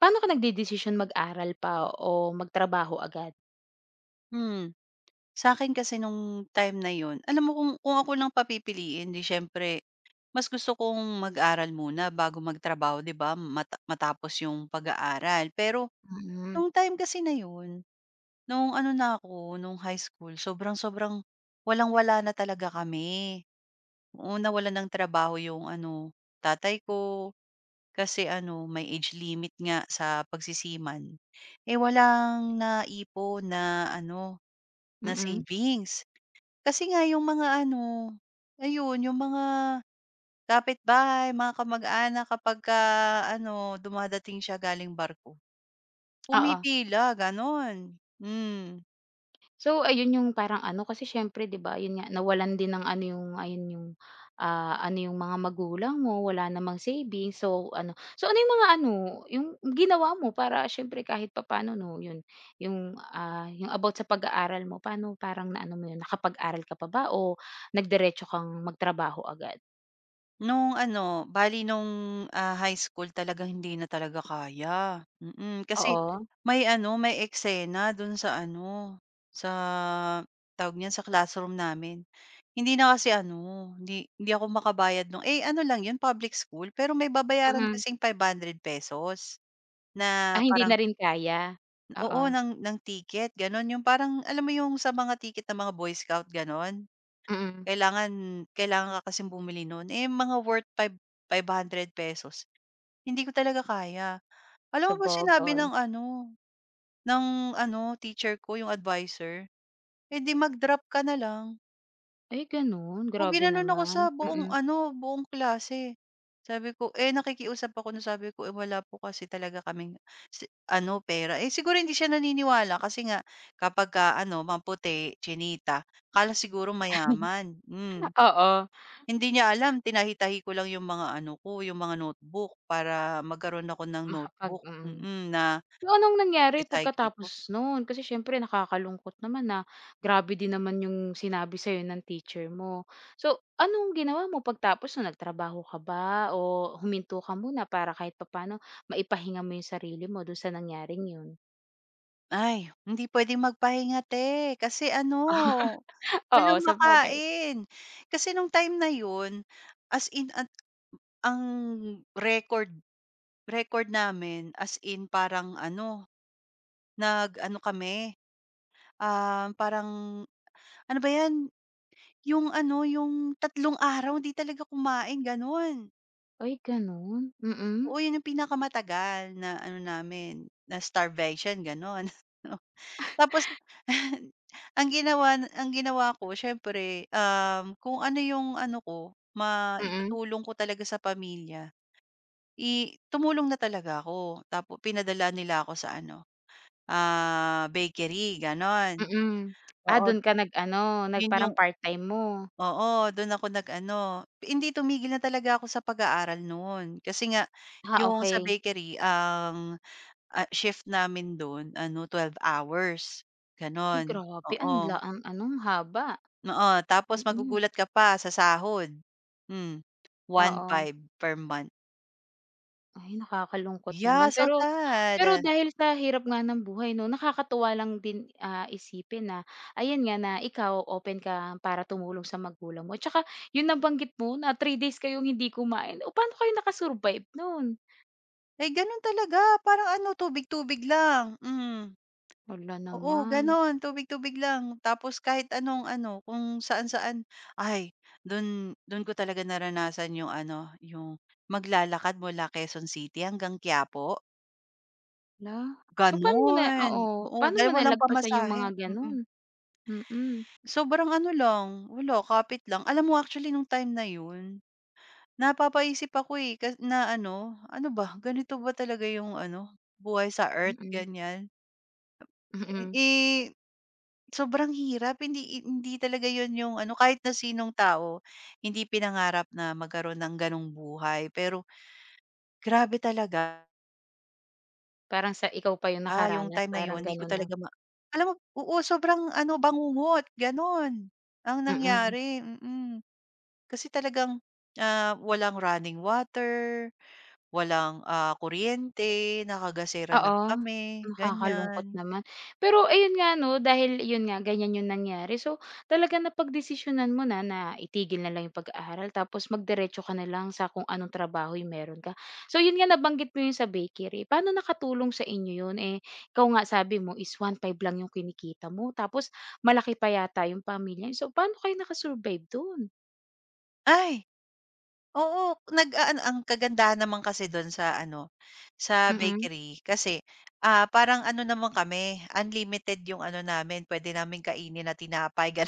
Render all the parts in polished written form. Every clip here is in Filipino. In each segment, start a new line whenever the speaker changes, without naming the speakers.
Paano ka nagdedesisyon mag-aral pa o magtrabaho agad?
Hmm, sa akin kasi nung time na yun, alam mo kung ako lang papipiliin 'di siyempre mas gusto kong mag-aral muna bago magtrabaho 'di ba matapos yung pag-aaral. Pero
Mm,
nung time kasi na yun, nung ano na ako, nung high school sobrang-sobrang walang-wala na talaga kami. Oo, nawalan ng trabaho yung ano, tatay ko kasi ano may age limit nga sa pagsisiman. Eh, walang naipon na ano na
mm,
savings. Kasi nga yung mga ano, ayun yung mga kapitbahay, mga kamag-anak kapagka ano dumadating siya galing barko,
oo.
pumipila gano'n. Hmm.
So, ayun yung parang ano, kasi siyempre 'di ba, yun nga nawalan din ng ano yung ayun yung, ano yung mga magulang mo, wala namang savings, so ano yung mga ano, yung ginawa mo para siyempre kahit papaano 'no, yun yung, yung about sa pag-aaral mo, paano parang naano mo yun, nakapag-aral ka pa ba o nagdiretso kang magtrabaho agad?
Nung ano, bale nung, high school talagang hindi na talaga kaya, mm. Kasi
Oo?
may ano, may eksena dun sa ano, sa tawag niyan, sa classroom namin. Hindi na kasi ano, hindi hindi ako makabayad nung eh, ano lang yun public school, pero may
Oo,
babayaran
mm.
kasing ₱500 na
Ah, hindi
parang
na rin kaya?
oo,
Oo,
ng ticket gano'n. Yung parang alam mo yung sa mga ticket ng mga Boy Scout, gano'n?
mm.
Kailangan kailangan ka kasing bumili nun, eh, mga worth five hundred pesos hindi ko talaga kaya. Alam mo ba sinabi
Sabagay.
ng ano, teacher ko, yung advisor, "Eh, di mag-drop ka na lang."
Ay gano'n,
O
grabe
ginanon ako
naman,
sa buong
mm.
ano, buong klase. Sabi ko eh, nakikiusap ako na sabi ko, "Eh, wala po kasi talaga kaming si ano, pera." Eh, siguro hindi siya naniniwala kasi nga kapagka ano, mga puti, kala siguro mayaman, hmm.
Oo,
Hindi niya alam tinahi-tahi ko lang yung mga ano ko, yung mga notebook para magkaroon ako ng
Makapag
notebook,
mm.
na
So, anong nangyari
recycle ko.
pagkatapos no'n? Kasi siyempre nakakalungkot naman na grabe din naman yung sinabi sa'yo ng teacher mo. So, anong ginawa mo pagtapos no'n, nagtrabaho ka ba o huminto ka muna para kahit papaano maipahinga mo yung sarili mo do'n sa nangyaring 'yun?
Ay, hindi puwedeng magpahinga 'te, kasi ano,
Oo,
walang
sabagay.
makain. Kasi nung time na yun, as in at ang record record namin as in parang ano, nag-ano kami, parang ano ba 'yan, yung ano, yung 3 araw 'di talaga kumain, gano'n.
Ay gano'n, mm.
Oo, yun yung pinakamatagal na ano namin, na starvation gano'n. Oo. Tapos ang ginawa ko siyempre, kung ano yung ano ko,
Mm, mm.
maitutulong ko talaga sa pamilya, tumulong na talaga ako. Tapos pinadala nila ako sa ano, bakery gano'n.
Mm. Ah,
Oo,
do'n ka nag-ano,
yun
parang
yung
part-time mo?
oo, dun ako nag-ano, hindi tumigil na talaga ako sa pag-aaral no'n kasi nga
Ah,
yung sa
okey.
bakery shift namin dun ano 12 hours,
Ay
gano'n.
grabe
Oo,
ang ano ang haba,
oo tapos
mm.
magugulat ka pa sa sahod, hmm,
Oo,
1,500 per month.
ay nakakalungkot
Yeah,
naman
so
pero pero
sad.
dahil sa hirap nga ng buhay 'no, nakakatuwa lang din, isipin na ayan nga na ikaw open ka para tumulong sa magulang mo. Tsaka yung nabanggit mo na 3 days kayong hindi kumain, oh, paano kayo naka-survive nun?
Ay gano'n talaga parang ano tubig-tubig lang, hmm.
Hala
Oo
naman,
gano'n, tubig-tubig lang tapos kahit anong ano kung saan-saan. Ay dun dun ko talaga naranasan yung ano, yung maglalakad mula Quezon City hanggang Quiapo.
hala. So paano mo na
Gano'n,
oo,
oo,
paano mo
dahil walang
nalagpasan yung
pamasahe,
mga
mm.
ganun? Mm,
Sobrang ano lang, wala kapit lang. Alam mo actually nung time na 'yun, napapaisip ako, eh, na ano, ano ba, ganito ba talaga yung ano, buhay sa Earth
mm,
ganyan.
mm.
Eh, sobrang hirap hindi hindi talaga 'yun yung ano, kahit na sinong tao, hindi pinangarap na magkaroon ng gano'ng buhay pero grabe talaga.
Parang sa ikaw pa yung
Yung
nakaranas
time na
parang
yun hindi ko
ganun 'no?
talaga alam mo oo, sobrang ano, bangungot, gano'n ang
Mm.
nangyari, mm. Kasi talagang, walang running water, walang, kuryente, nakagasera lang
Oo,
kami,
nakakalungkot
ganyan.
naman. Pero ayun nga 'no, dahil yun nga ganyan yung nangyari, so talaga napagdesisyunan mo na na itigil na lang yung pag-aaral tapos magdiretso ka na lang sa kung anong trabaho yung meron ka. So yun nga nabanggit mo yung sa bakery, paano nakatulong sa inyo yun? Eh, ikaw nga sabi mo is 1,500 lang yung kinikita mo tapos malaki pa yata yung pamilya niyo, so paano kayo naka-survive dun?
Ay, oo, nag-aano ang kagandahan naman kasi dun sa ano, sa
Mm.
bakery kasi, parang ano naman kami, unlimited yung ano namin, puwede naming kainin na tinapay,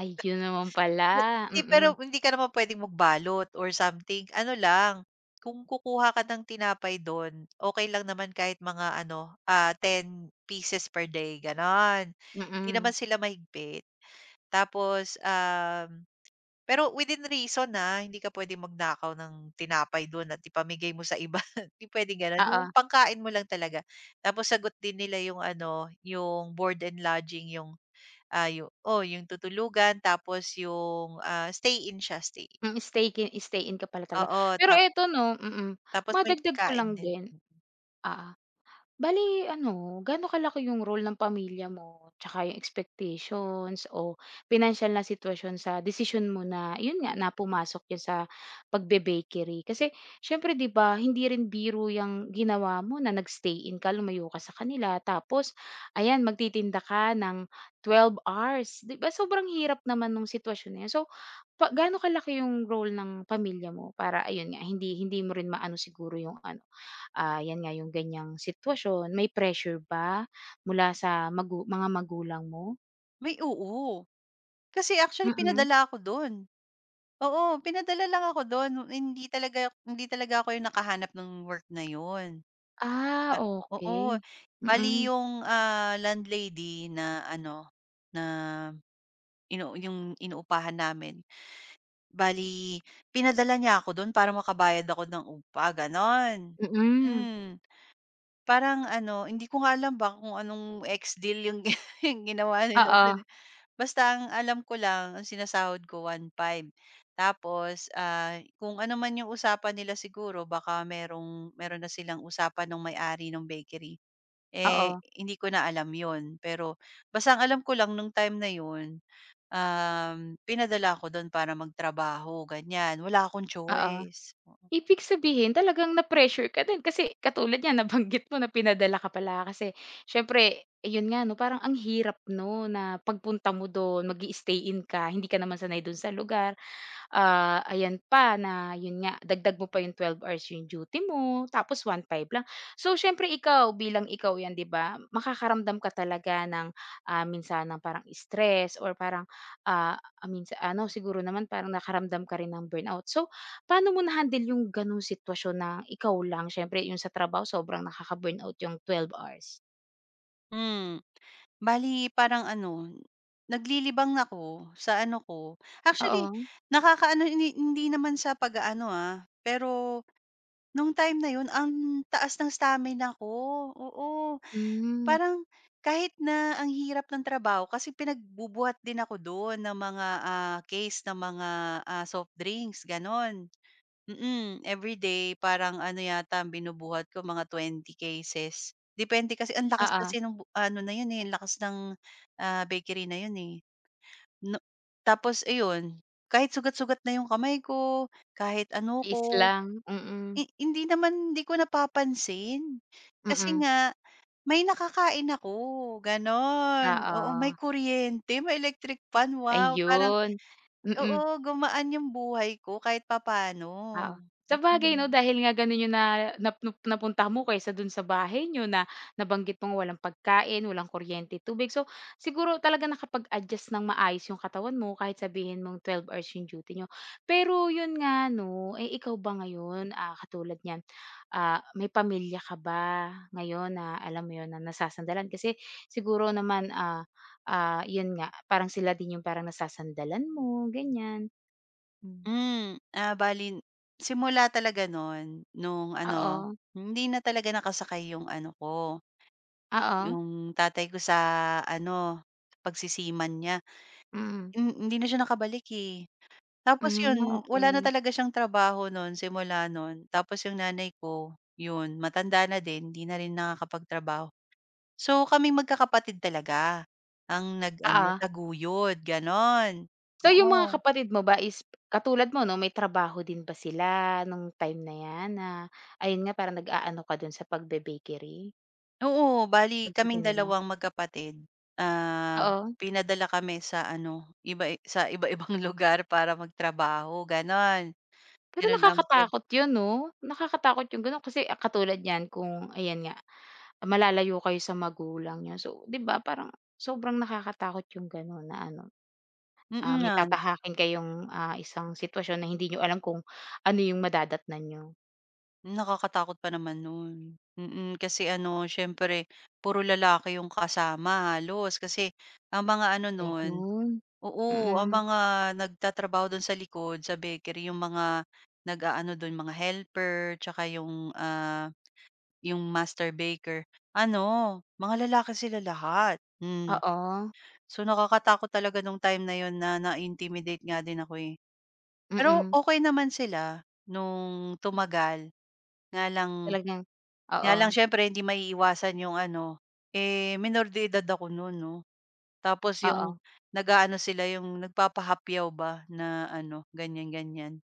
Ay yun naman pala,
Wait, hindi
mm,
pero hindi ka naman puwedeng magbalot or something. Ano lang, kung kukuha ka ng tinapay do'n, okay lang naman kahit mga ano, 10 pieces per day, gano'n. Hindi naman
mm,
sila mahigpit. Tapos, pero within reason, na hindi ka puwedeng magnakaw ng tinapay do'n at ipamigay mo sa iba, hindi puwedeng gano'n. Yung
oo.
pangkain mo lang talaga. Tapos sagot din nila yung ano, yung board and lodging, yung Ah, yu oo, yung tutulugan tapos yung, stay-in siya,
Hmm, stay-in ka pala talaga.
oo,
Pero
tap
eto 'no, mm,
tapos may
madagdag ko
pagkain
lang
din.
din oo bali ano, gaano kalaki yung role ng pamilya mo, tsaka yung expectations o pinansiyal na sitwasyon sa desisyon mo na yun nga, na pumasok yan sa pagbe-bakery? Kasi siyempre 'di ba, hindi rin biro yung ginawa mo na nag-stay-in ka, lumayo ka sa kanila tapos ayan, magtitinda ka ng 12 hours, 'di ba sobrang hirap naman nung sitwasyon na yun. So, pa gaano kalaki yung role ng pamilya mo para ayun nga, hindi hindi mo rin maano siguro yung ano 'yan nga, yung ganiyang sitwasyon, may pressure ba mula sa mga magulang mo?
May oo. Kasi actually
Mm.
pinadala ako dun. Oo, pinadala lang ako dun, hindi talaga ako yung nakahanap ng work na yun.
Ah,
Na Oo,
okey.
bali
Mm,
yung, landlady na ano, na yung inuupahan namin bali pinadala niya ako dun para makabayad ako ng upa, gano'n.
mm.
Hmm, Parang ano, hindi ko nga alam ba kung anong ex-deal yung yung ginawa nila
Oo,
dun, eh. Basta ang alam ko lang, ang sinasahod ko 1,500. Tapos, kung ano man yung usapan nila siguro baka merong meron na silang usapan ng may-ari ng bakery. Eh,
oo,
hindi ko na alam yon pero basta ang alam ko lang nung time na yun, pinadala ako dun para magtrabaho ganyan, wala akong
oo.
choice.
Ibig sabihin talagang na-pressure ka din kasi katulad niyan nabanggit mo na pinadala ka pala kasi siyempre ayun nga 'no, parang ang hirap 'no, na pagpunta mo do'n mag-i-stay-in ka, hindi ka naman sanay do'n sa lugar. Ah, ayan pa na yun nga dagdag mo pa yung 12 hours yung duty mo tapos 1,500 lang. So siyempre ikaw bilang ikaw yan 'di ba, makakaramdam ka talaga ng, minsan ng parang stress or parang, minsan ano siguro naman parang nakaramdam ka rin ng burnout. So paano mo na-handle yung gano'ng sitwasyon na ikaw lang siyempre yung sa trabaho sobrang nakaka-burnout yung 12 hours?
Hmm, Bali parang ano, naglilibang ako sa ano ko. Actually
Oo,
nakakaano hindi hindi naman sa pag-aano, pero nung time na yun ang taas ng stamina ko, oo.
hmm,
Parang kahit na ang hirap ng trabaho kasi pinagbubuhat din ako dun ng mga, case ng mga, soft drinks, gano'n. Everyday parang ano yata ang binubuhat ko mga 20 cases. Depende kasi ang lakas
oo,
kasi nung ano na yun, eh, ang lakas ng, bakery na yun, eh. No, tapos ayun, kahit sugat-sugat na yung kamay ko, kahit ano
tiis
ko,
lang, mm,
hindi naman hindi ko napapansin. Kasi
mm,
nga may nakakain ako, gano'n. Oo, may
oo.
kuryente, may electric pan, wow! Parang
Ayun, mm,
oo, gumaan yung buhay ko kahit papaano.
oo. Sabagay 'no,
Mm.
dahil nga gano'n yung na napunta mo kaysa do'n sa bahay niyo na nabanggit mong walang pagkain, walang kuryente, tubig. So, siguro talaga nakapag-adjust ng maayos yung katawan mo kahit sabihin mong 12 hours yung duty niyo. Pero yun nga 'no, eh, ikaw ba ngayon, katulad niyan, may pamilya ka ba ngayon na alam mo yun, na nasasandalan? Kasi siguro naman, yun nga parang sila din yung parang nasasandalan mo, ganyan. Hmm.
Hmm, Bale simula talaga nun, nung ano,
Oo,
hindi na talaga nakasakay yung ano ko,
oo,
yung tatay ko sa ano, pagsisiman niya.
mm.
Hindi na siya nakabalik, eh. Tapos
Hmm,
yun, wala na
okey.
talaga siyang trabaho nun simula nun. Tapos yung nanay ko, yun matanda na din, hindi na rin nakakapagtrabaho. So, kaming magkakapatid talaga ang nag-ano,
Oo.
taguyod, gano'n.
So, yung mga
Oo.
kapatid mo ba is katulad mo 'no, may trabaho din ba sila nung time na 'yan na ayun nga parang nag-aano ka dun sa pagbe-bakery,
Oo, bali kaming
pagtitinda?
dalawang magkapatid, ah,
Oo.
pinadala kami sa ano, iba sa iba-ibang lugar para magtrabaho, gano'n.
Pero
Gano'n ang pe
nakakatakot yun 'no? Nakakatakot yung gano'n kasi katulad niyan kung ayan nga, malalayo kayo sa magulang niyo. So, 'di ba parang sobrang nakakatakot yung gano'n na ano,
mm
may
nga,
tatahakin kayong, isang sitwasyon na hindi niyo alam kung ano yung madadatnan niyo.
nakakatakot pa naman nun. Kasi ano, siyempre puro lalaki yung kasama halos kasi ang mga ano nun,
Ayun,
oo, ang
mm,
mga nagtatrabaho do'n sa likod, sa bakery, yung mga nag-aano do'n, mga helper, tsaka yung, yung master baker, ano, mga lalaki sila lahat, hmm.
oo,
So, nakakatakot talaga nung time na yun na na-intimidate nga din ako, eh. Pero
mm,
okey naman sila nung tumagal, nga lang
talagang
nga
oo,
lang siyempre hindi maiiwasan yung ano, eh, menor de edad ako nun 'no, tapos yung
oo.
nag-aano sila yung nagpapahapyaw ba na ano, ganyan, ganyan,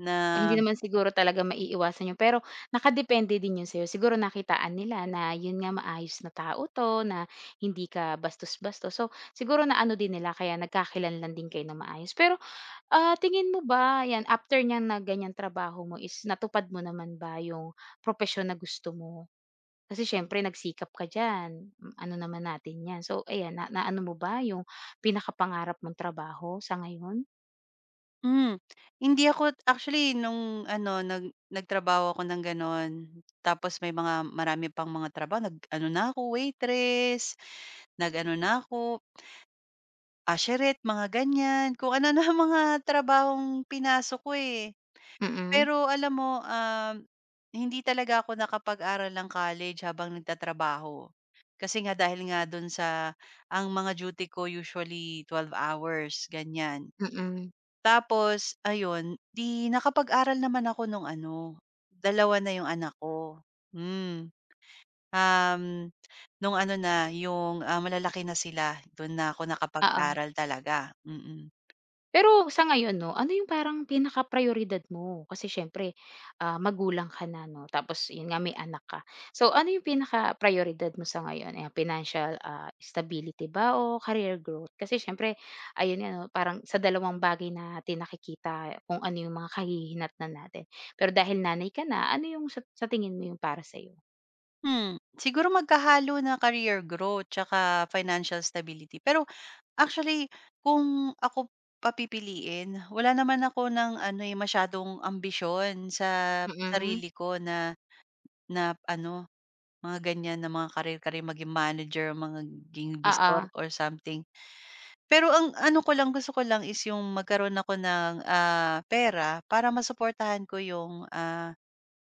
na
O hindi naman siguro talaga maiiwasan 'yun, pero nakadepende din 'yun sa'yo. Siguro nakitaan nila na 'yun nga maayos na tao 'to, na hindi ka bastos-bastos. So, siguro naano din nila kaya nagkakilanlan din kayo ng maayos. Pero, tingin mo ba 'yan after niyang na ganiyang trabaho mo is natupad mo naman ba 'yung propesyon na gusto mo? Kasi siyempre nagsikap ka diyan, ano naman natin 'yan. So ayan, na naano mo ba yung pinakapangarap mong trabaho sa ngayon?
Hmm, Hindi ako actually nung ano nagtrabaho ako ng gano'n, tapos may mga marami pang mga trabaho, nag-ano na ako waitress, nag-ano na ako usherette mga ganyan, kung ano na mga trabahong pinasok ko, eh.
Mm,
Pero alam mo, hindi talaga ako nakapag-aral ng college habang nagtatrabaho. Kasi nga dahil nga do'n sa, ang mga duty ko usually 12 hours, ganyan.
mm.
Tapos ayun, 'di nakapag-aral naman ako nung ano, dalawa na yung anak ko. Hmm, um, nung ano na yung, malalaki na sila, dun na ako
Oo.
nakapag-aral talaga, mm.
Pero sa ngayon 'no, ano yung parang pinakaprayoridad mo? Kasi siyempre, magulang ka na 'no, tapos yun nga may anak ka. So ano yung pinakaprayoridad mo sa ngayon? Ayan, financial, stability ba o career growth? Kasi siyempre ayun nga 'no, parang sa dalawang bagay natin nakikita kung ano yung mga kahihinatnan natin. Pero dahil nanay ka na, ano yung sa tingin mo yung para sa'yo?
Hmm, Siguro magkahalo na, career growth tsaka financial stability. Pero actually kung ako papipiliin, wala naman ako ng ano, eh, masyadong ambisyon sa
Mm,
sarili ko na na ano. Mga ganyan na mga kare-kare, maging manager, maging bisor
oo.
or something. Pero ang ano ko lang, gusto ko lang is yung magkaroon ako ng, pera para masuportahan ko yung, ah,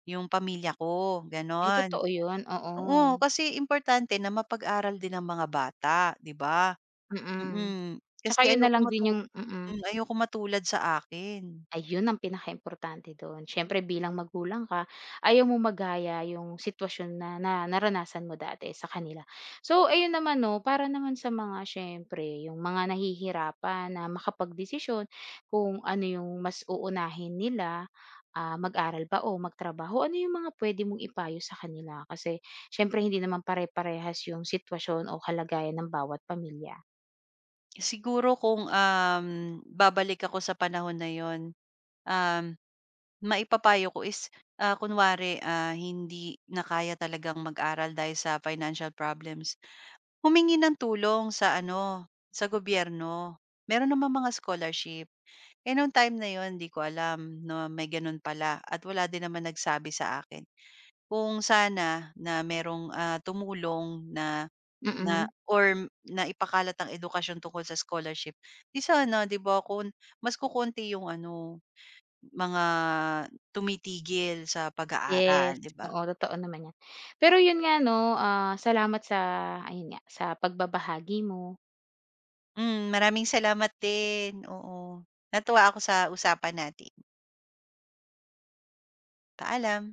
yung pamilya ko,
Ay
gano'n.
totoo yun, oo.
Oo, kasi importante na mapag-aral din ang mga bata, 'di ba?
Mm.
Mm, Kasi
Tsaka yun na
ayoko
lang din yung mm.
ayoko matulad sa akin.
Ayun ang pinakaimportante do'n. Siyempre bilang magulang ka, ayaw mong magaya yung sitwasyon na na naranasan mo dati sa kanila. So ayun naman 'no, para naman sa mga siyempre yung mga nahihirapan na makapagdesisyon kung ano yung mas uunahin nila, mag-aral ba o magtrabaho, ano yung mga puwede mong ipayo sa kanila? Kasi siyempre hindi naman pare-parehas yung sitwasyon o kalagayan ng bawat pamilya.
Siguro kung, babalik ako sa panahon na yon, um, maipapayo ko is, kunwari, hindi na kaya talagang mag-aral dahil sa financial problems, humingi ng tulong sa ano, sa gobyerno. Meron namang mga scholarship. Eh, nung time na yon, di ko alam na may ganun pala at wala din naman nagsabi sa akin. Kung sana na merong, tumulong na,
Mm.
or naipakalat ang edukasyon tungkol sa scholarship, di sana 'di ba mas kukonti yung ano, mga tumitigil sa
Yes,
pag-aaral, 'di ba?
oo totoo naman 'yan. Pero 'yun nga 'no, salamat sa ayun nga, sa pagbabahagi mo.
Maraming salamat din, oo. Natuwa ako sa usapan natin. Paalam.